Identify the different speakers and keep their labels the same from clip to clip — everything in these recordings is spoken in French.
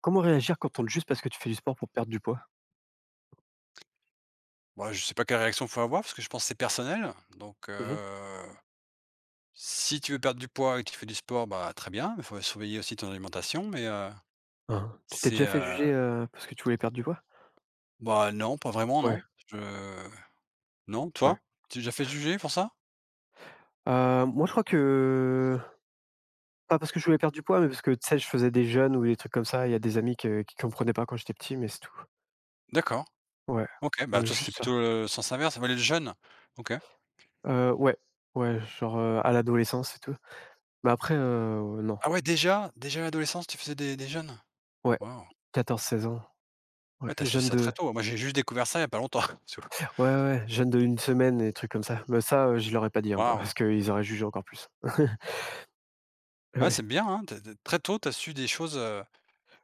Speaker 1: Comment réagir quand on te juge parce que tu fais du sport pour perdre du poids?
Speaker 2: Bah, je sais pas quelle réaction faut avoir parce que je pense que c'est personnel. Donc,
Speaker 1: Mmh.
Speaker 2: si tu veux perdre du poids et que tu fais du sport, bah, très bien, il faut surveiller aussi ton alimentation, mais,
Speaker 1: Hein. Tu t'es
Speaker 2: c'est,
Speaker 1: déjà fait
Speaker 2: heu,
Speaker 1: juger, parce que tu voulais perdre du poids?
Speaker 2: bah, non, pas vraiment,
Speaker 1: Ouais,
Speaker 2: non. Je Non,
Speaker 1: ouais.
Speaker 2: toi? Tu t'es déjà fait juger pour ça?
Speaker 1: Moi je crois que pas parce que je voulais perdre du poids, mais parce que tu sais, je faisais des jeûnes ou des trucs comme ça. Il y a des amis que qui comprenaient pas quand j'étais petit, mais c'est tout.
Speaker 2: D'accord,
Speaker 1: Ouais,
Speaker 2: OK, bah, toi, c'était
Speaker 1: juste ça.
Speaker 2: plutôt le sens inverse, ça valait le jeûne? OK.
Speaker 1: Ouais, ouais, genre, à l'adolescence et tout. Mais après, non.
Speaker 2: Ah ouais, déjà? Déjà à l'adolescence, tu faisais des jeûnes?
Speaker 1: Ouais,
Speaker 2: Waouh!
Speaker 1: 14-16 ans. Ouais,
Speaker 2: Ouais, t'as su
Speaker 1: jeûne
Speaker 2: ça très
Speaker 1: de
Speaker 2: tôt. Moi, j'ai juste découvert ça il y a pas longtemps, tu vois?
Speaker 1: ouais, ouais, ouais, jeûne de 1 semaine et trucs comme ça. Mais ça, je leur ai pas dit, hein,
Speaker 2: Waouh!
Speaker 1: parce qu'ils auraient jugé encore plus.
Speaker 2: Ouais,
Speaker 1: Ouais.
Speaker 2: c'est bien, hein, tu as très tôt, t'as su des choses.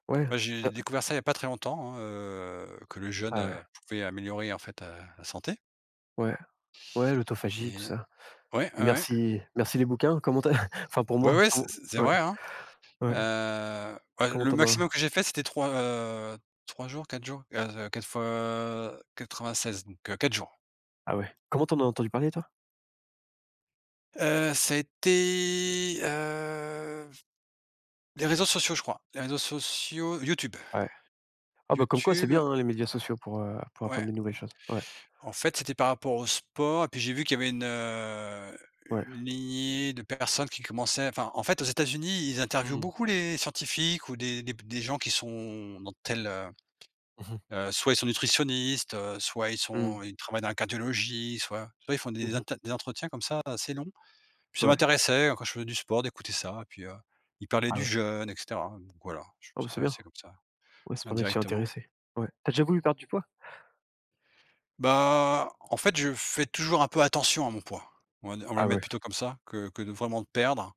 Speaker 1: Ouais.
Speaker 2: Bah, j'ai
Speaker 1: Ah,
Speaker 2: découvert ça il y a pas très longtemps, hein, que le jeûne,
Speaker 1: ah ouais,
Speaker 2: pouvait améliorer en fait, la santé
Speaker 1: ouais, ouais, l'autophagie, tout
Speaker 2: et
Speaker 1: ça.
Speaker 2: ouais,
Speaker 1: Et
Speaker 2: ouais, ouais.
Speaker 1: merci merci les bouquins. Comment tu enfin pour
Speaker 2: Ouais,
Speaker 1: moi,
Speaker 2: ouais, c'est
Speaker 1: comment
Speaker 2: c'est
Speaker 1: ouais,
Speaker 2: vrai, hein, heu,
Speaker 1: ouais,
Speaker 2: bah,
Speaker 1: comment
Speaker 2: le
Speaker 1: t'en as
Speaker 2: maximum que j'ai fait c'était 3 jours, 4 jours, 4 fois 16 donc 4 jours.
Speaker 1: ah ouais. Comment t'en as entendu parler toi?
Speaker 2: Ça a été, les réseaux sociaux je crois, les réseaux sociaux YouTube.
Speaker 1: Ouais. Ah bah, comme quoi c'est bien,
Speaker 2: YouTube,
Speaker 1: hein, les médias sociaux pour apprendre
Speaker 2: ouais.
Speaker 1: des nouvelles choses. Ouais,
Speaker 2: En fait, c'était par rapport au sport et puis j'ai vu qu'il y avait
Speaker 1: ouais.
Speaker 2: une lignée de personnes qui commençaient enfin, en fait, aux États-Unis, ils interviewent
Speaker 1: Mmh.
Speaker 2: beaucoup les scientifiques ou des gens qui sont dans tel,
Speaker 1: Mmh mh.
Speaker 2: soit ils sont nutritionnistes, soit
Speaker 1: Mmh.
Speaker 2: ils travaillent dans la cardiologie, soit ils font
Speaker 1: Mmh.
Speaker 2: des entretiens comme ça assez longs. Puis ça
Speaker 1: Ouais.
Speaker 2: m'intéressait, quand je faisais du sport, d'écouter ça puis, ils parlaient
Speaker 1: Ah
Speaker 2: du
Speaker 1: ouais.
Speaker 2: jeûne et cetera. Donc voilà, je me
Speaker 1: Ah bah,
Speaker 2: suis
Speaker 1: c'est bien.
Speaker 2: intéressé comme ça
Speaker 1: Ouais, ça permet de s'y
Speaker 2: indirectement.
Speaker 1: intéresser. Ouais. T'as déjà voulu perdre du poids?
Speaker 2: Bah, en fait, je fais toujours un peu attention à mon poids. On va le
Speaker 1: Ah
Speaker 2: mettre
Speaker 1: ouais,
Speaker 2: plutôt comme ça que de vraiment de perdre.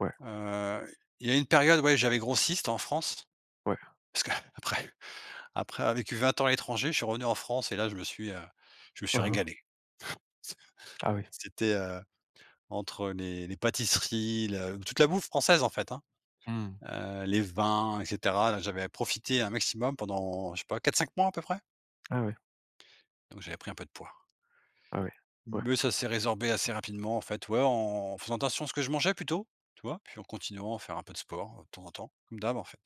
Speaker 1: ouais,
Speaker 2: Heu, il y a une période, ouais, j'avais grossi, c'était en France,
Speaker 1: ouais.
Speaker 2: parce que après avoir vécu 20 ans à l'étranger, je suis revenu en France et là, je me suis
Speaker 1: Mmh.
Speaker 2: régalé.
Speaker 1: Ah oui.
Speaker 2: C'était, heu, entre les pâtisseries, le toute la bouffe française, en fait, hein,
Speaker 1: Mmh.
Speaker 2: les vins et cetera. Là, j'avais profité un maximum pendant, je sais pas, quatre cinq mois à peu près,
Speaker 1: Ah ouais,
Speaker 2: donc j'avais pris un peu de poids.
Speaker 1: ah ouais, ouais.
Speaker 2: Mais ça s'est résorbé assez rapidement en fait, ouais, en faisant attention à ce que je mangeais plutôt, tu vois? Puis en continuant à faire un peu de sport, de temps en temps, comme d'hab en fait.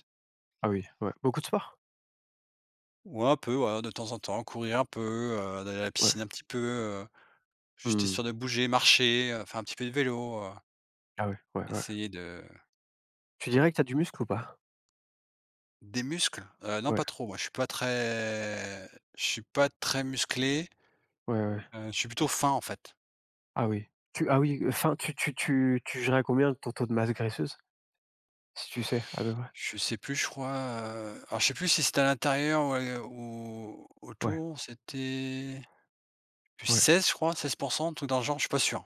Speaker 1: Ah oui, ouais. Beaucoup de sport?
Speaker 2: Ouais, un peu, voilà, de temps en temps, courir un peu, d'aller à la
Speaker 1: Ouais.
Speaker 2: piscine un petit peu, juste
Speaker 1: Mmh.
Speaker 2: histoire de bouger, marcher, faire un petit peu de vélo,
Speaker 1: Ah ouais, ouais, ouais.
Speaker 2: essayer de
Speaker 1: Tu dirais que t'as du muscle ou pas?
Speaker 2: des muscles? Non
Speaker 1: Ouais.
Speaker 2: pas trop, moi je suis pas très je suis pas très musclé,
Speaker 1: Ouais, ouais.
Speaker 2: je suis plutôt fin en fait.
Speaker 1: Ah oui. Tu ah oui, enfin, tu gérais à combien ton taux de masse graisseuse? Si tu sais, à peu près?
Speaker 2: Je sais plus, je crois, alors je sais plus si c'était à l'intérieur ou à ou
Speaker 1: Ouais,
Speaker 2: autour, c'était plus
Speaker 1: ouais, ouais,
Speaker 2: 16 je crois, 16 un truc dans le genre, je suis pas sûr.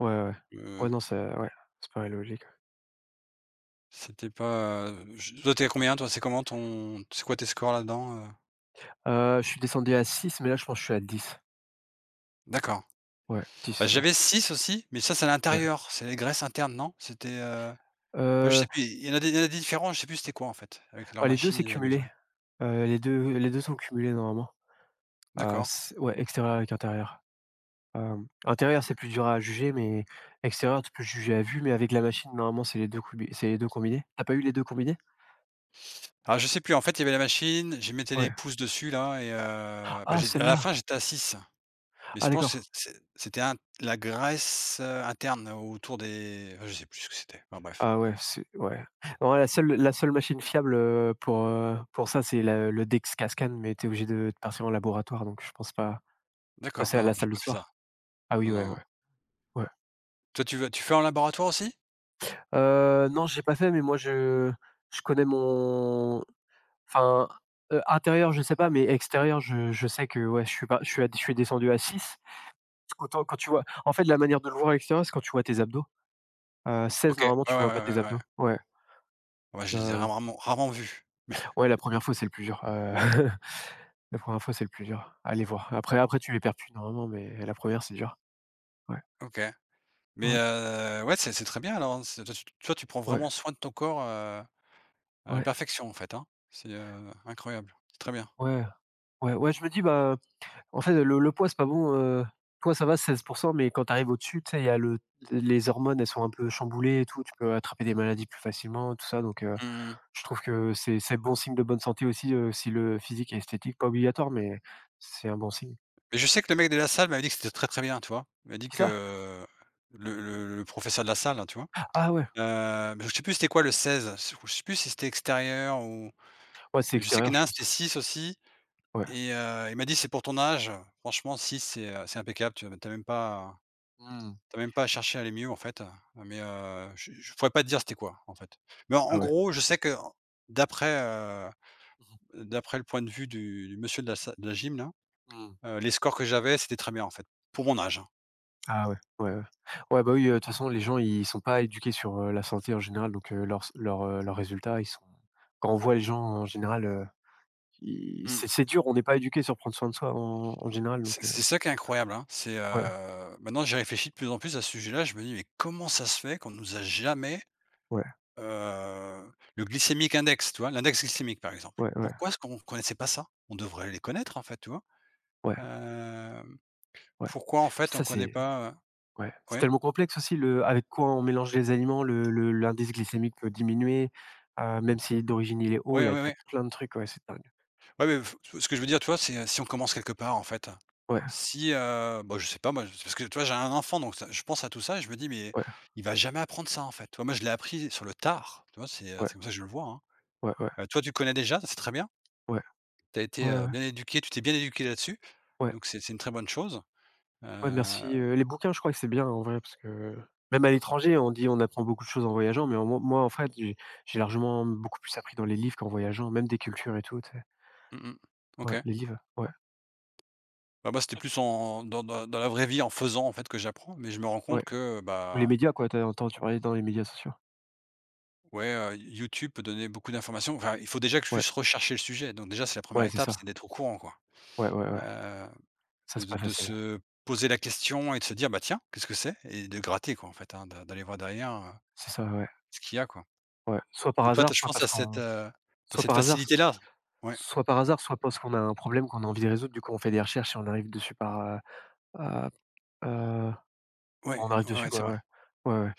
Speaker 1: ouais. Ouais, ouais,
Speaker 2: Heu,
Speaker 1: non, ça ouais, c'est pas logique.
Speaker 2: c'était pas, je toi t'es à combien toi? C'est comment ton c'est quoi tes scores là-dedans,
Speaker 1: Je suis descendu à 6 mais là, je pense que je suis à dix.
Speaker 2: D'accord.
Speaker 1: Ouais,
Speaker 2: Bah,
Speaker 1: 10 ouais,
Speaker 2: j'avais 6 aussi, mais ça c'est à
Speaker 1: ouais.
Speaker 2: l'intérieur, c'est les graisses internes, non? Bah, je
Speaker 1: Heu,
Speaker 2: sais plus, il y en a des différents, je sais plus c'était quoi en fait, avec leur
Speaker 1: bah, les 2
Speaker 2: machine,
Speaker 1: c'est
Speaker 2: ils avaient
Speaker 1: cumulé.
Speaker 2: mesuré.
Speaker 1: Les deux sont cumulés normalement.
Speaker 2: D'accord.
Speaker 1: C ouais, extérieur avec intérieur. Hem, intérieur, c'est plus dur à juger, mais extérieur, tu peux juger à vue, mais avec la machine, normalement, c'est les 2 combi c'est les 2 combinés. T'as pas eu les 2 combinés?
Speaker 2: Alors je sais plus, en fait, il y avait la machine, je mettais les
Speaker 1: Ouais.
Speaker 2: pouces dessus là et bah,
Speaker 1: Ah,
Speaker 2: j'ai à la
Speaker 1: celle-là!
Speaker 2: fin j'étais à 6 mais je
Speaker 1: Ah
Speaker 2: pense que
Speaker 1: d'accord.
Speaker 2: c'est c'était int la graisse, interne autour des je sais plus ce que c'était. Enfin bref.
Speaker 1: Ah ouais, c'est ouais. Non, la seule machine fiable, pour ça, c'est la le Dex Cascan, mais tu obligé de partir en laboratoire, donc je pense pas. Toi,
Speaker 2: D'accord,
Speaker 1: c'est à
Speaker 2: non,
Speaker 1: la
Speaker 2: non, j'ai
Speaker 1: salle de
Speaker 2: pas fait ça.
Speaker 1: sport? Ah oui,
Speaker 2: Non,
Speaker 1: ouais, ouais,
Speaker 2: non.
Speaker 1: ouais.
Speaker 2: Toi, tu fais en laboratoire aussi?
Speaker 1: Non, j'ai pas fait, mais moi, je connais mon enfin, intérieur, je sais pas, mais extérieur, je sais que, ouais, je suis pas je suis à je suis descendu à 6. Parce qu'autant quand tu vois en fait, la manière de le voir à l'extérieur, c'est quand tu vois tes abdos. 16,
Speaker 2: OK. Ouais,
Speaker 1: normalement,
Speaker 2: ouais,
Speaker 1: tu vois
Speaker 2: ouais,
Speaker 1: pas tes
Speaker 2: ouais, ouais.
Speaker 1: abdos. Ouais,
Speaker 2: Ouais, je les ai
Speaker 1: heu,
Speaker 2: rarement vus.
Speaker 1: ouais, la première fois, c'est le plus dur, La première fois, c'est le plus dur. Allez voir. Après tu les perds plus normalement, mais la première c'est dur. Ouais,
Speaker 2: OK. Mais,
Speaker 1: ouais,
Speaker 2: ouais, c'est très bien alors, hein. C'est toi, tu prends
Speaker 1: ouais,
Speaker 2: vraiment soin de ton corps, à la
Speaker 1: ouais,
Speaker 2: perfection en fait, hein. C'est, incroyable. C'est très bien.
Speaker 1: ouais, ouais, ouais, je me dis, bah, en fait, le poids, c'est pas bon, toi ça va 16, mais quand tu arrives au-dessus, tu sais, il y a le les hormones, elles sont un peu chamboulées et tout, tu peux attraper des maladies plus facilement, tout ça, donc
Speaker 2: Mmh mmh.
Speaker 1: je trouve que c'est bon signe de bonne santé aussi, si le physique est esthétique, pas obligatoire, mais c'est un bon signe.
Speaker 2: Mais je sais que le mec de la salle m'avait dit que c'était très, très bien, tu vois? Il m'a dit
Speaker 1: Qui ça?
Speaker 2: que le professeur de la salle, là, tu vois?
Speaker 1: Ah ouais,
Speaker 2: Je sais plus c'était quoi le 16. Je sais plus si c'était extérieur ou
Speaker 1: ouais, c'est
Speaker 2: je sais
Speaker 1: extérieur,
Speaker 2: qu'il y
Speaker 1: je
Speaker 2: en a un,
Speaker 1: pense.
Speaker 2: c'était 6 aussi.
Speaker 1: Ouais.
Speaker 2: Et il m'a dit: «C'est pour ton âge, franchement si c'est, c'est impeccable,
Speaker 1: Mmh.
Speaker 2: tu as même pas à chercher à aller mieux en fait». Mais je pourrais pas te dire c'était quoi en fait. Mais en
Speaker 1: Ah
Speaker 2: en
Speaker 1: ouais.
Speaker 2: gros, je sais que d'après,
Speaker 1: Mmh.
Speaker 2: d'après le point de vue du monsieur de la sa de la gym là,
Speaker 1: Mmh.
Speaker 2: les scores que j'avais, c'était très bien en fait, pour mon âge, hein.
Speaker 1: Ah ouais, ouais, ouais. Ouais, bah, oui, de toute façon, les gens, ils sont pas éduqués sur, la santé en général, donc leurs résultats, ils sont quand on voit les gens en général, ils
Speaker 2: Mmh.
Speaker 1: c'est dur, on n'est pas éduqué sur prendre soin de soi en général,
Speaker 2: C'est
Speaker 1: donc
Speaker 2: c'est ça qui est incroyable, hein. C'est,
Speaker 1: ouais,
Speaker 2: maintenant j'y réfléchis de plus en plus à ce sujet-là, je me dis: «Mais comment ça se fait qu'on nous a jamais
Speaker 1: ouais,
Speaker 2: Le glycémique index, tu vois? L'index glycémique, par exemple.
Speaker 1: ouais, ouais,
Speaker 2: Pourquoi est-ce qu'on connaissait pas ça? On devrait les connaître, en fait, tu vois?
Speaker 1: ouais,
Speaker 2: Hem,
Speaker 1: ouais.
Speaker 2: pourquoi, en
Speaker 1: Puis
Speaker 2: fait, on
Speaker 1: ça,
Speaker 2: connaît
Speaker 1: c'est
Speaker 2: pas,
Speaker 1: ouais, c'est
Speaker 2: ouais,
Speaker 1: tellement complexe aussi le avec quoi on mélange les aliments, le l'indice glycémique peut diminuer, même si d'origine il est haut, il
Speaker 2: ouais,
Speaker 1: y a il
Speaker 2: ouais,
Speaker 1: y a
Speaker 2: ouais.
Speaker 1: plein de trucs, ouais, c'est dingue.
Speaker 2: Ouais, mais f ce que je veux dire, tu vois, c'est, si on commence quelque part, en fait.
Speaker 1: Ouais,
Speaker 2: Si, bah, je sais pas, moi, c'est parce que, tu vois, j'ai un enfant, donc ça je pense à tout ça et je me dis: «Mais
Speaker 1: ouais,
Speaker 2: il va jamais apprendre ça, en fait». Tu vois, moi, je l'ai appris sur le tard, tu vois?
Speaker 1: ouais,
Speaker 2: C'est comme ça que je le vois, hein.
Speaker 1: ouais, ouais,
Speaker 2: Toi, tu connais déjà, c'est très bien.
Speaker 1: ouais,
Speaker 2: Tu as été,
Speaker 1: ouais, ouais,
Speaker 2: bien éduqué, tu t'es bien éduqué là-dessus,
Speaker 1: ouais.
Speaker 2: donc c'est une très bonne chose.
Speaker 1: Ouais, merci,
Speaker 2: Heu
Speaker 1: les bouquins, je crois que c'est bien en vrai parce que même à l'étranger, on dit: «On apprend beaucoup de choses en voyageant», mais moi, en fait, j'ai largement beaucoup plus appris dans les livres qu'en voyageant, même des cultures et tout, tu sais?
Speaker 2: Mmh mh.
Speaker 1: Ouais,
Speaker 2: OK.
Speaker 1: les livres, ouais,
Speaker 2: Bah, moi, c'était plus en dans la vraie vie, en faisant, en fait, que j'apprends, mais je me rends compte
Speaker 1: ouais,
Speaker 2: que,
Speaker 1: ou les
Speaker 2: bah,
Speaker 1: médias quoi, t'as entendu parler dans les médias sociaux?
Speaker 2: ouais, YouTube peut donner beaucoup d'informations. Enfin, il faut déjà que je
Speaker 1: Ouais,
Speaker 2: puisse rechercher le sujet, donc déjà, c'est la première
Speaker 1: ouais, c'est
Speaker 2: étape, c'est
Speaker 1: ça.
Speaker 2: d'être au courant, quoi.
Speaker 1: Ouais, ouais, ouais,
Speaker 2: Heu,
Speaker 1: ça c'est pas
Speaker 2: de
Speaker 1: facile.
Speaker 2: se poser la question et de se dire: «Bah, tiens, qu'est-ce que c'est?» et de gratter, quoi, en fait, hein, d'aller voir derrière,
Speaker 1: C'est ça, ouais,
Speaker 2: ce qu'il y a, quoi.
Speaker 1: ouais, soit par
Speaker 2: Donc toi,
Speaker 1: hasard,
Speaker 2: tu je
Speaker 1: soit
Speaker 2: pense,
Speaker 1: parce
Speaker 2: à cette,
Speaker 1: qu'on
Speaker 2: tu
Speaker 1: soit
Speaker 2: cette
Speaker 1: par hasard, s
Speaker 2: facilité-là. Ouais,
Speaker 1: soit par hasard, soit parce qu'on a un problème qu'on a envie de résoudre, du coup, on fait des recherches et heu, heu,
Speaker 2: ouais,
Speaker 1: on arrive
Speaker 2: ouais, ouais,
Speaker 1: dessus
Speaker 2: c'est
Speaker 1: quoi,
Speaker 2: vrai.
Speaker 1: ouais. Ouais, ouais.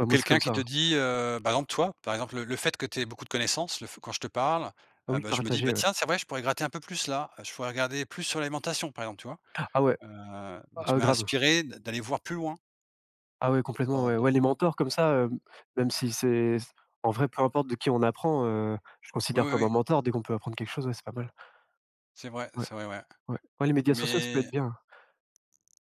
Speaker 1: Ouais, moi, c'est
Speaker 2: quelqu'un
Speaker 1: comme ça,
Speaker 2: qui te
Speaker 1: hein.
Speaker 2: dit, par exemple toi, par exemple le fait que tu aies beaucoup de connaissances, le f quand je te parle,
Speaker 1: Ah oui,
Speaker 2: bah, je me dis: «Bah,
Speaker 1: partager, ouais.
Speaker 2: tiens c'est vrai je pourrais gratter un peu plus là, je pourrais regarder plus sur l'alimentation» par exemple, tu vois?
Speaker 1: Ah ouais,
Speaker 2: Donc tu
Speaker 1: ah
Speaker 2: m'as
Speaker 1: grave.
Speaker 2: inspiré d'aller voir plus loin
Speaker 1: Ah ouais, complètement,
Speaker 2: dans
Speaker 1: ouais.
Speaker 2: dans
Speaker 1: Ouais, les mentors comme ça, hem, même si c'est en vrai, peu importe de qui on apprend, je
Speaker 2: oui,
Speaker 1: considère
Speaker 2: oui,
Speaker 1: comme un
Speaker 2: oui,
Speaker 1: mentor dès qu'on peut apprendre quelque chose, ouais, c'est pas mal. Ouais,
Speaker 2: c'est vrai, ouais.
Speaker 1: ouais. Ouais, les médias sociaux, ça peut être
Speaker 2: Mais
Speaker 1: bien,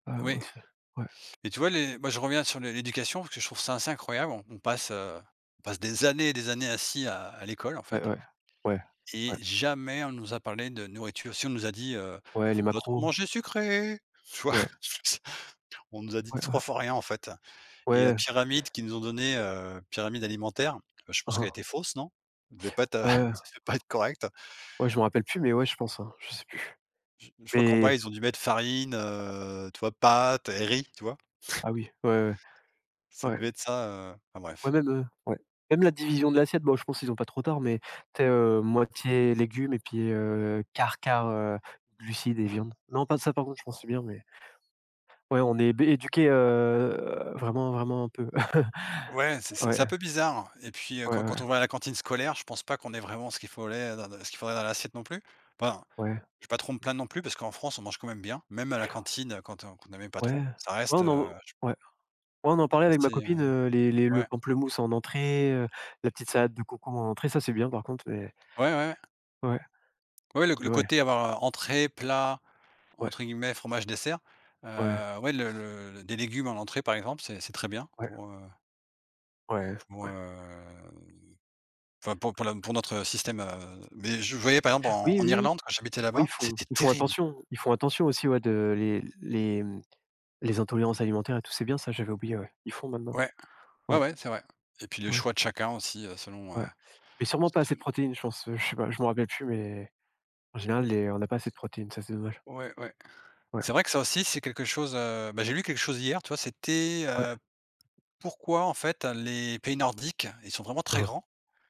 Speaker 2: oui,
Speaker 1: aussi. Ouais,
Speaker 2: mais tu vois les moi je reviens sur l'éducation parce que je trouve ça assez incroyable. On passe, on passe des années et des années assis à l'école en
Speaker 1: ouais,
Speaker 2: fait
Speaker 1: ouais. Ouais,
Speaker 2: et
Speaker 1: ouais.
Speaker 2: jamais on nous a parlé de nourriture. Si on nous a dit,
Speaker 1: Ouais, les
Speaker 2: «Faut pas trop
Speaker 1: macros.
Speaker 2: manger sucré», tu vois?
Speaker 1: Ouais,
Speaker 2: On nous a dit
Speaker 1: ouais,
Speaker 2: 3
Speaker 1: ouais.
Speaker 2: fois rien en fait et la
Speaker 1: Ouais.
Speaker 2: pyramide qu'ils nous ont donnée, pyramide alimentaire, je pense
Speaker 1: Hein,
Speaker 2: qu'elle était fausse, non? Elle devait pas être, ça
Speaker 1: hein. Ouais,
Speaker 2: devait pas être correct.
Speaker 1: ouais, je me rappelle plus, mais ouais, je pense, hein, je sais plus.
Speaker 2: Je crois qu'en bas,
Speaker 1: Mais
Speaker 2: ils ont dû mettre farine, tu vois, pâtes et riz, tu vois?
Speaker 1: ah oui, ouais, ouais,
Speaker 2: Ça
Speaker 1: ouais.
Speaker 2: devait être ça, enfin bref.
Speaker 1: Ouais. Même la division de l'assiette, bon, je pense ils ont pas trop tort, mais tu sais, moitié légumes et puis, quart, glucides et viande. Non, pas ça par contre, je pense c'est bien, mais ouais, on est bé éduqués, vraiment vraiment un peu.
Speaker 2: Ouais, c'est c'est
Speaker 1: Ouais,
Speaker 2: c'est un peu bizarre et puis,
Speaker 1: ouais,
Speaker 2: quand
Speaker 1: ouais,
Speaker 2: quand on va à la cantine scolaire, je pense pas qu'on ait vraiment ce qu'il fallait dans dans ce qu'il faudrait dans l'assiette non plus. Enfin,
Speaker 1: ouais,
Speaker 2: je vais pas trop me plaindre non plus parce qu'en France, on mange quand même bien, même à la cantine, quand, qu'on n'aimait pas
Speaker 1: ouais.
Speaker 2: trop,
Speaker 1: Ouais,
Speaker 2: ça reste,
Speaker 1: on en ouais. Ouais, on en parlait avec ma
Speaker 2: assez,
Speaker 1: copine,
Speaker 2: heu
Speaker 1: les le
Speaker 2: ouais.
Speaker 1: pamplemousse en entrée, la petite salade de concombre en entrée, ça c'est bien par contre,
Speaker 2: Ouais, ouais. Ouais.
Speaker 1: ouais,
Speaker 2: Ouais,
Speaker 1: mais
Speaker 2: le
Speaker 1: ouais,
Speaker 2: côté avoir, entrée, plat,
Speaker 1: ouais,
Speaker 2: entre guillemets, «fromage, dessert».
Speaker 1: ouais,
Speaker 2: Ouais, des légumes en entrée, par exemple, c'est très bien
Speaker 1: ouais,
Speaker 2: pour,
Speaker 1: ouais,
Speaker 2: pour,
Speaker 1: ouais.
Speaker 2: heu, enfin, pour la pour notre système, mais je voyais, par exemple, en
Speaker 1: Oui,
Speaker 2: en
Speaker 1: oui, oui.
Speaker 2: Irlande, quand j'habitais
Speaker 1: Oui,
Speaker 2: là-bas, c'était terrible.
Speaker 1: ils font attention aussi, ouais, de les, mmh, les intolérances alimentaires et tout, c'est bien ça, j'avais oublié, ouais. Ils font maintenant.
Speaker 2: Ouais, ouais,
Speaker 1: Ouais,
Speaker 2: ouais, c'est vrai et puis le
Speaker 1: ouais,
Speaker 2: choix de chacun aussi, selon,
Speaker 1: ouais. Mais sûrement pas assez de
Speaker 2: sel
Speaker 1: protéines, je pense, je sais pas, je me rappelle plus, mais en général, les on n'a pas assez de protéines, ça, c'est dommage.
Speaker 2: ouais, ouais.
Speaker 1: Ouais,
Speaker 2: C'est vrai que ça aussi, c'est quelque chose, bah, j'ai lu quelque chose hier, tu vois?
Speaker 1: ouais,
Speaker 2: Pourquoi, en fait, les pays nordiques, ils sont vraiment très
Speaker 1: hein,
Speaker 2: grands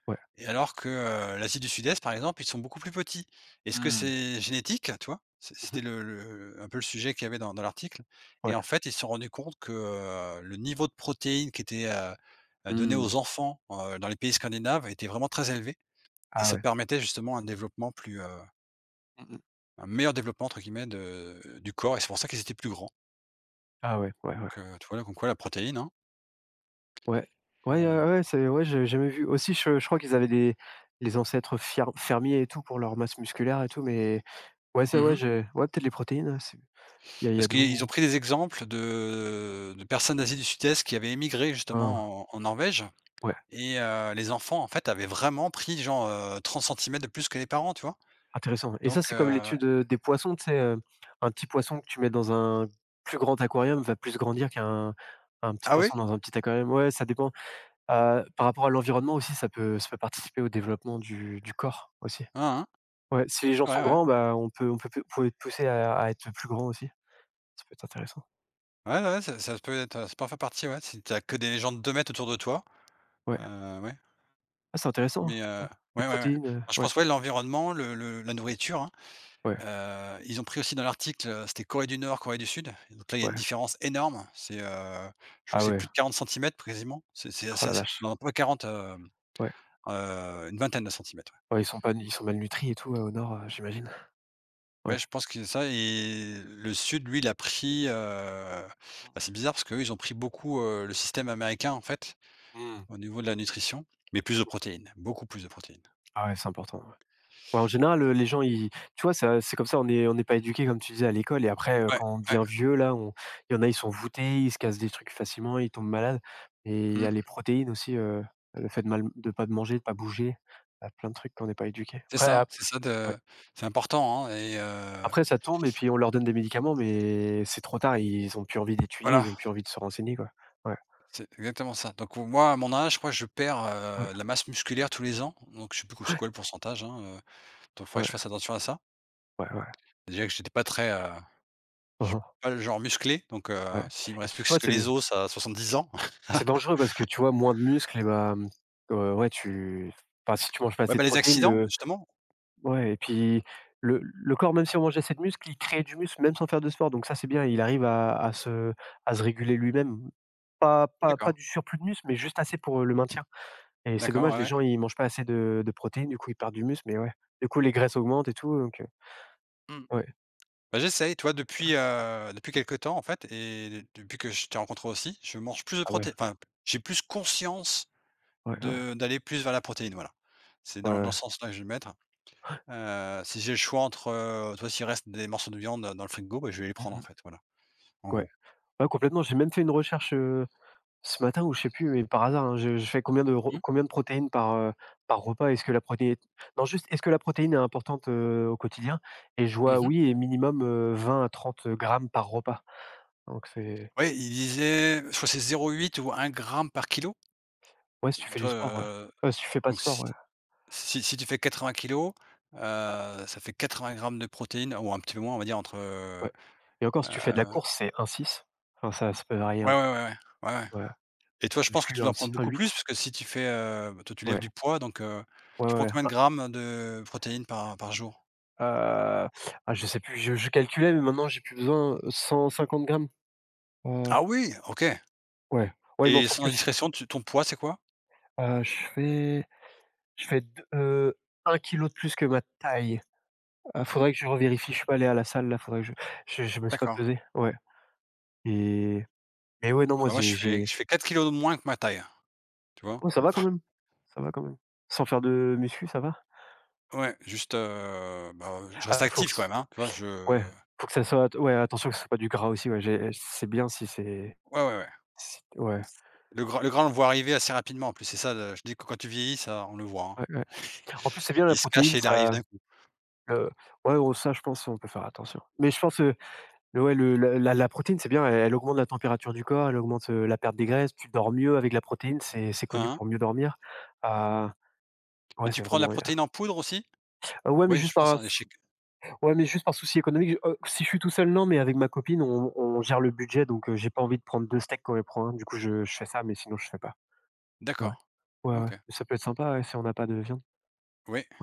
Speaker 1: ouais.
Speaker 2: et alors que, l'Asie du Sud-Est, par exemple, ils sont beaucoup plus petits. Est-ce que
Speaker 1: Mmh.
Speaker 2: c'est génétique, tu vois? C c'était
Speaker 1: Mmh.
Speaker 2: le le un peu le sujet qu'il y avait dans l'article.
Speaker 1: Ouais.
Speaker 2: Et en fait, ils se sont rendus compte que, le niveau de protéines qui était, donné
Speaker 1: Mmh.
Speaker 2: aux enfants, dans les pays scandinaves était vraiment très élevé, et
Speaker 1: Ah
Speaker 2: ça
Speaker 1: ouais.
Speaker 2: permettait justement un développement plus,
Speaker 1: Mmh mh.
Speaker 2: un «meilleur développement» entre guillemets de du corps, et c'est pour ça qu'ils étaient plus grands.
Speaker 1: Ah ouais, ouais, ouais.
Speaker 2: Donc, tu vois? Là, comme quoi la protéine, hein,
Speaker 1: Ouais. Ouais,
Speaker 2: on
Speaker 1: ouais, c'est ouais, j'ai jamais vu. Aussi, je crois qu'ils avaient des les ancêtres fier fermiers et tout pour leur masse musculaire et tout, mais ouais, ça, ouais,
Speaker 2: mmh
Speaker 1: j'ai ouais, peut-être les protéines, ouais, il y a
Speaker 2: parce
Speaker 1: de
Speaker 2: qu'ils
Speaker 1: bons
Speaker 2: ont pris des exemples de personnes d'Asie du Sud-Est qui avaient émigré
Speaker 1: hein.
Speaker 2: justement en Norvège.
Speaker 1: Ouais,
Speaker 2: Et les enfants, en fait, avaient vraiment pris genre, 30 centimètres de plus que les parents, tu vois?
Speaker 1: intéressant et ça,
Speaker 2: Donc
Speaker 1: c'est comme
Speaker 2: heu,
Speaker 1: l'étude, des poissons, tu sais, un petit poisson que tu mets dans un plus grand aquarium va plus grandir qu'un un petit
Speaker 2: ah oui?
Speaker 1: poisson dans un petit aquarium. Ouais, ça dépend. Par rapport à l'environnement aussi, ça peut participer au développement du corps aussi.
Speaker 2: Hein, hein.
Speaker 1: Ouais, si les gens
Speaker 2: C'est
Speaker 1: sont
Speaker 2: vrai, ouais.
Speaker 1: grands, bah, on peut être poussé à être plus grand aussi. Ça peut être intéressant.
Speaker 2: Ouais, ouais, ça peut être, ça peut en faire partie, ouais, si t'as que des gens de 2 mètres autour de toi,
Speaker 1: Ouais.
Speaker 2: ouais,
Speaker 1: Ah, c'est intéressant, hein.
Speaker 2: mais
Speaker 1: Les
Speaker 2: ouais, ouais, ouais.
Speaker 1: protéines,
Speaker 2: Je
Speaker 1: ouais,
Speaker 2: pense, ouais, l'environnement, le la nourriture, hein,
Speaker 1: ouais,
Speaker 2: ils ont pris aussi dans l'article, c'était Corée du Nord, Corée du Sud, donc là, il y a une
Speaker 1: ouais.
Speaker 2: différence énorme. C'est, je crois
Speaker 1: Ah
Speaker 2: que c'est
Speaker 1: ouais,
Speaker 2: plus de 40 centimètres quasiment. C'est c'est
Speaker 1: oh la
Speaker 2: c'est
Speaker 1: vache,
Speaker 2: non, pas 40, hem,
Speaker 1: ouais.
Speaker 2: une vingtaine de centimètres.
Speaker 1: Ouais, ils sont pas ils sont malnutris et tout, au nord, j'imagine. Ouais.
Speaker 2: Ouais, je pense que c'est ça, et le sud, lui, il a pris, bah,
Speaker 1: Mmh.
Speaker 2: c'est bizarre parce qu'eux, ils ont pris beaucoup, le système américain, en fait,
Speaker 1: Mmh.
Speaker 2: au niveau de la nutrition, mais plus de protéines, beaucoup plus de protéines.
Speaker 1: Ah ouais, c'est important, ouais. Ouais, en général, les gens ils tu vois, ça c'est comme ça, on est pas éduqués comme tu disais à l'école et après,
Speaker 2: Ouais,
Speaker 1: quand on
Speaker 2: ouais,
Speaker 1: devient vieux là, on il y en a, ils sont voûtés, ils se cassent des trucs facilement, ils tombent malades et il y
Speaker 2: mmh,
Speaker 1: a les protéines aussi, le fait de mal de pas de manger, de pas bouger, il y a plein de trucs qu'on n'est pas éduqué. Après ap
Speaker 2: c'est ça
Speaker 1: ouais,
Speaker 2: de c'est important, hein, et
Speaker 1: après ça tombe et puis on leur donne des médicaments mais c'est trop tard, ils ont plus envie d'étudier,
Speaker 2: voilà,
Speaker 1: ils ont plus envie de se renseigner, quoi. Ouais,
Speaker 2: c'est exactement ça. Donc au moi, à mon âge, je crois que je perds,
Speaker 1: ouais,
Speaker 2: de la masse musculaire tous les ans, donc je sais plus co c'est quoi le pourcentage, hein, donc il faudrait que je
Speaker 1: ouais,
Speaker 2: fasse attention à ça.
Speaker 1: ouais, ouais.
Speaker 2: Déjà que j'étais pas très, je suis
Speaker 1: Mmh.
Speaker 2: pas le genre musclé, donc
Speaker 1: Ouais
Speaker 2: s'il me
Speaker 1: et
Speaker 2: reste
Speaker 1: toi,
Speaker 2: plus que les os à 70 ans.
Speaker 1: c'est dangereux parce que, tu vois, moins de muscles et bah, mmh, ouais, ouais, tu enfin, si tu manges pas
Speaker 2: Ouais,
Speaker 1: assez
Speaker 2: bah,
Speaker 1: de
Speaker 2: les
Speaker 1: protéines,
Speaker 2: accidents,
Speaker 1: le
Speaker 2: justement?
Speaker 1: ouais et puis le corps, même si on mange assez de muscles, il crée du muscle même sans faire de sport donc ça, c'est bien. Il arrive à se réguler lui-même. Pas
Speaker 2: D'accord,
Speaker 1: du surplus de muscle, mais juste assez pour, le maintien et c'est
Speaker 2: d'accord,
Speaker 1: dommage,
Speaker 2: ouais,
Speaker 1: les
Speaker 2: ouais.
Speaker 1: gens, ils mangent pas assez de protéines, du coup, ils perdent du muscle mais ouais, du coup, les graisses augmentent et tout donc
Speaker 2: Mmh.
Speaker 1: ouais.
Speaker 2: Bah, j'essaye, tu vois? Depuis, depuis quelque temps, en fait, et depuis que je t'ai rencontré aussi, je mange plus de
Speaker 1: Ah ouais,
Speaker 2: proté enfin, j'ai plus conscience
Speaker 1: ouais, ouais,
Speaker 2: de d'aller plus vers la protéine, voilà. C'est
Speaker 1: ouais,
Speaker 2: dans
Speaker 1: ouais.
Speaker 2: dans ce sens-là que je vais le mettre. Si j'ai le choix entre, tu vois? S'il reste des morceaux de viande dans le frigo, bah, je vais les
Speaker 1: Mmh
Speaker 2: prendre, en
Speaker 1: mh.
Speaker 2: fait, voilà, en
Speaker 1: Ouais.
Speaker 2: gros.
Speaker 1: Ouais, complètement. J'ai même fait une recherche, ce matin ou je sais plus, mais par hasard, hein, je fais combien de ro
Speaker 2: Mmh.
Speaker 1: combien de protéines par repas? Est-ce que la protéine est... non, juste, est-ce que la protéine est importante, au quotidien? Et je
Speaker 2: Mmh
Speaker 1: vois
Speaker 2: mh.
Speaker 1: oui et minimum, 20 à 30 grammes par repas. Donc c'est
Speaker 2: Ouais, il disait, je crois c'est 0,8 ou 1 gramme par kilo,
Speaker 1: ouais, si tu fais
Speaker 2: tu
Speaker 1: du
Speaker 2: vois?
Speaker 1: sport, ouais. Si tu fais pas de
Speaker 2: Donc
Speaker 1: sport,
Speaker 2: si
Speaker 1: ouais,
Speaker 2: Si si tu fais 80 kilos, ça fait 80 grammes de protéines ou un petit peu moins, on va dire entre,
Speaker 1: ouais. Et encore, si tu fais de la
Speaker 2: heu,
Speaker 1: course, c'est un six. Enfin, ça peut varier un
Speaker 2: ouais,
Speaker 1: petit
Speaker 2: ouais, ouais, ouais, ouais, ouais.
Speaker 1: peu, ouais.
Speaker 2: Et toi, je pense que
Speaker 1: Muscu,
Speaker 2: tu dois en
Speaker 1: 1,6
Speaker 2: prendre beaucoup plus
Speaker 1: 1,8.
Speaker 2: parce que si tu fais, bah, toi, tu lèves
Speaker 1: Ouais,
Speaker 2: du poids donc
Speaker 1: ouais,
Speaker 2: tu prends
Speaker 1: ouais.
Speaker 2: combien de grammes de protéines par par jour?
Speaker 1: Heu, ah, je sais plus, je calculais, mais maintenant j'ai plus besoin, 150 grammes. Heu,
Speaker 2: Ah oui, OK,
Speaker 1: ouais, ouais, il m'en
Speaker 2: et
Speaker 1: faut
Speaker 2: sans
Speaker 1: plus.
Speaker 2: indiscrétion, tu ton poids, c'est quoi?
Speaker 1: Heu, je fais Je fais d 1 kilogramme de plus que ma taille. Ah, faudrait que je revérifie, je suis pas allé à la salle là, faudrait que je je me suis pas
Speaker 2: D'accord.
Speaker 1: pesé, ouais et mais ouais, non,
Speaker 2: Ah
Speaker 1: moi
Speaker 2: bah moi,
Speaker 1: j'ai j'ai
Speaker 2: je fais 4 kilos de moins que ma taille, tu vois?
Speaker 1: oh ça va quand même, ça va quand même. Sans faire de muscu, ça va?
Speaker 2: Ouais, juste, bah, je reste
Speaker 1: Ah, faut que
Speaker 2: actif quand même, hein, tu vois? Je
Speaker 1: ouais, faut que ça soit ouais, attention que ce soit pas du gras aussi, ouais, j'ai c'est bien si c'est
Speaker 2: ouais, ouais, ouais.
Speaker 1: si ouais,
Speaker 2: Le gras, on le voit arriver assez rapidement en plus, c'est ça, le je dis que quand tu vieillis, ça, on le voit, hein.
Speaker 1: ouais, ouais. En plus, c'est bien la
Speaker 2: Il se cache
Speaker 1: protéine,
Speaker 2: et il arrive
Speaker 1: ça,
Speaker 2: d'un coup.
Speaker 1: heu, ouais, oh ça, je pense on peut faire attention. Mais je pense, ouais, le la protéine, c'est bien, elle augmente la température du corps, elle augmente, la perte des graisses, tu dors mieux avec la protéine, c'est connu
Speaker 2: Hein, hein.
Speaker 1: pour mieux dormir. Heu,
Speaker 2: Et
Speaker 1: ouais,
Speaker 2: tu
Speaker 1: c'est
Speaker 2: prends de la
Speaker 1: vraiment il y a
Speaker 2: protéine en poudre aussi?
Speaker 1: ah ouais, mais
Speaker 2: Oui,
Speaker 1: juste
Speaker 2: je pense,
Speaker 1: par
Speaker 2: hein, les.
Speaker 1: ouais, mais juste par souci économique, si je suis tout seul, non, mais avec ma copine, on gère le budget, donc j'ai pas envie de prendre 2 steaks quand elle prend un. Du coup, je fais ça, mais sinon je fais pas. Ouais.
Speaker 2: D'accord,
Speaker 1: Ouais, ouais,
Speaker 2: OK.
Speaker 1: ça peut être sympa, ouais, si on n'a pas de viande.
Speaker 2: Oui.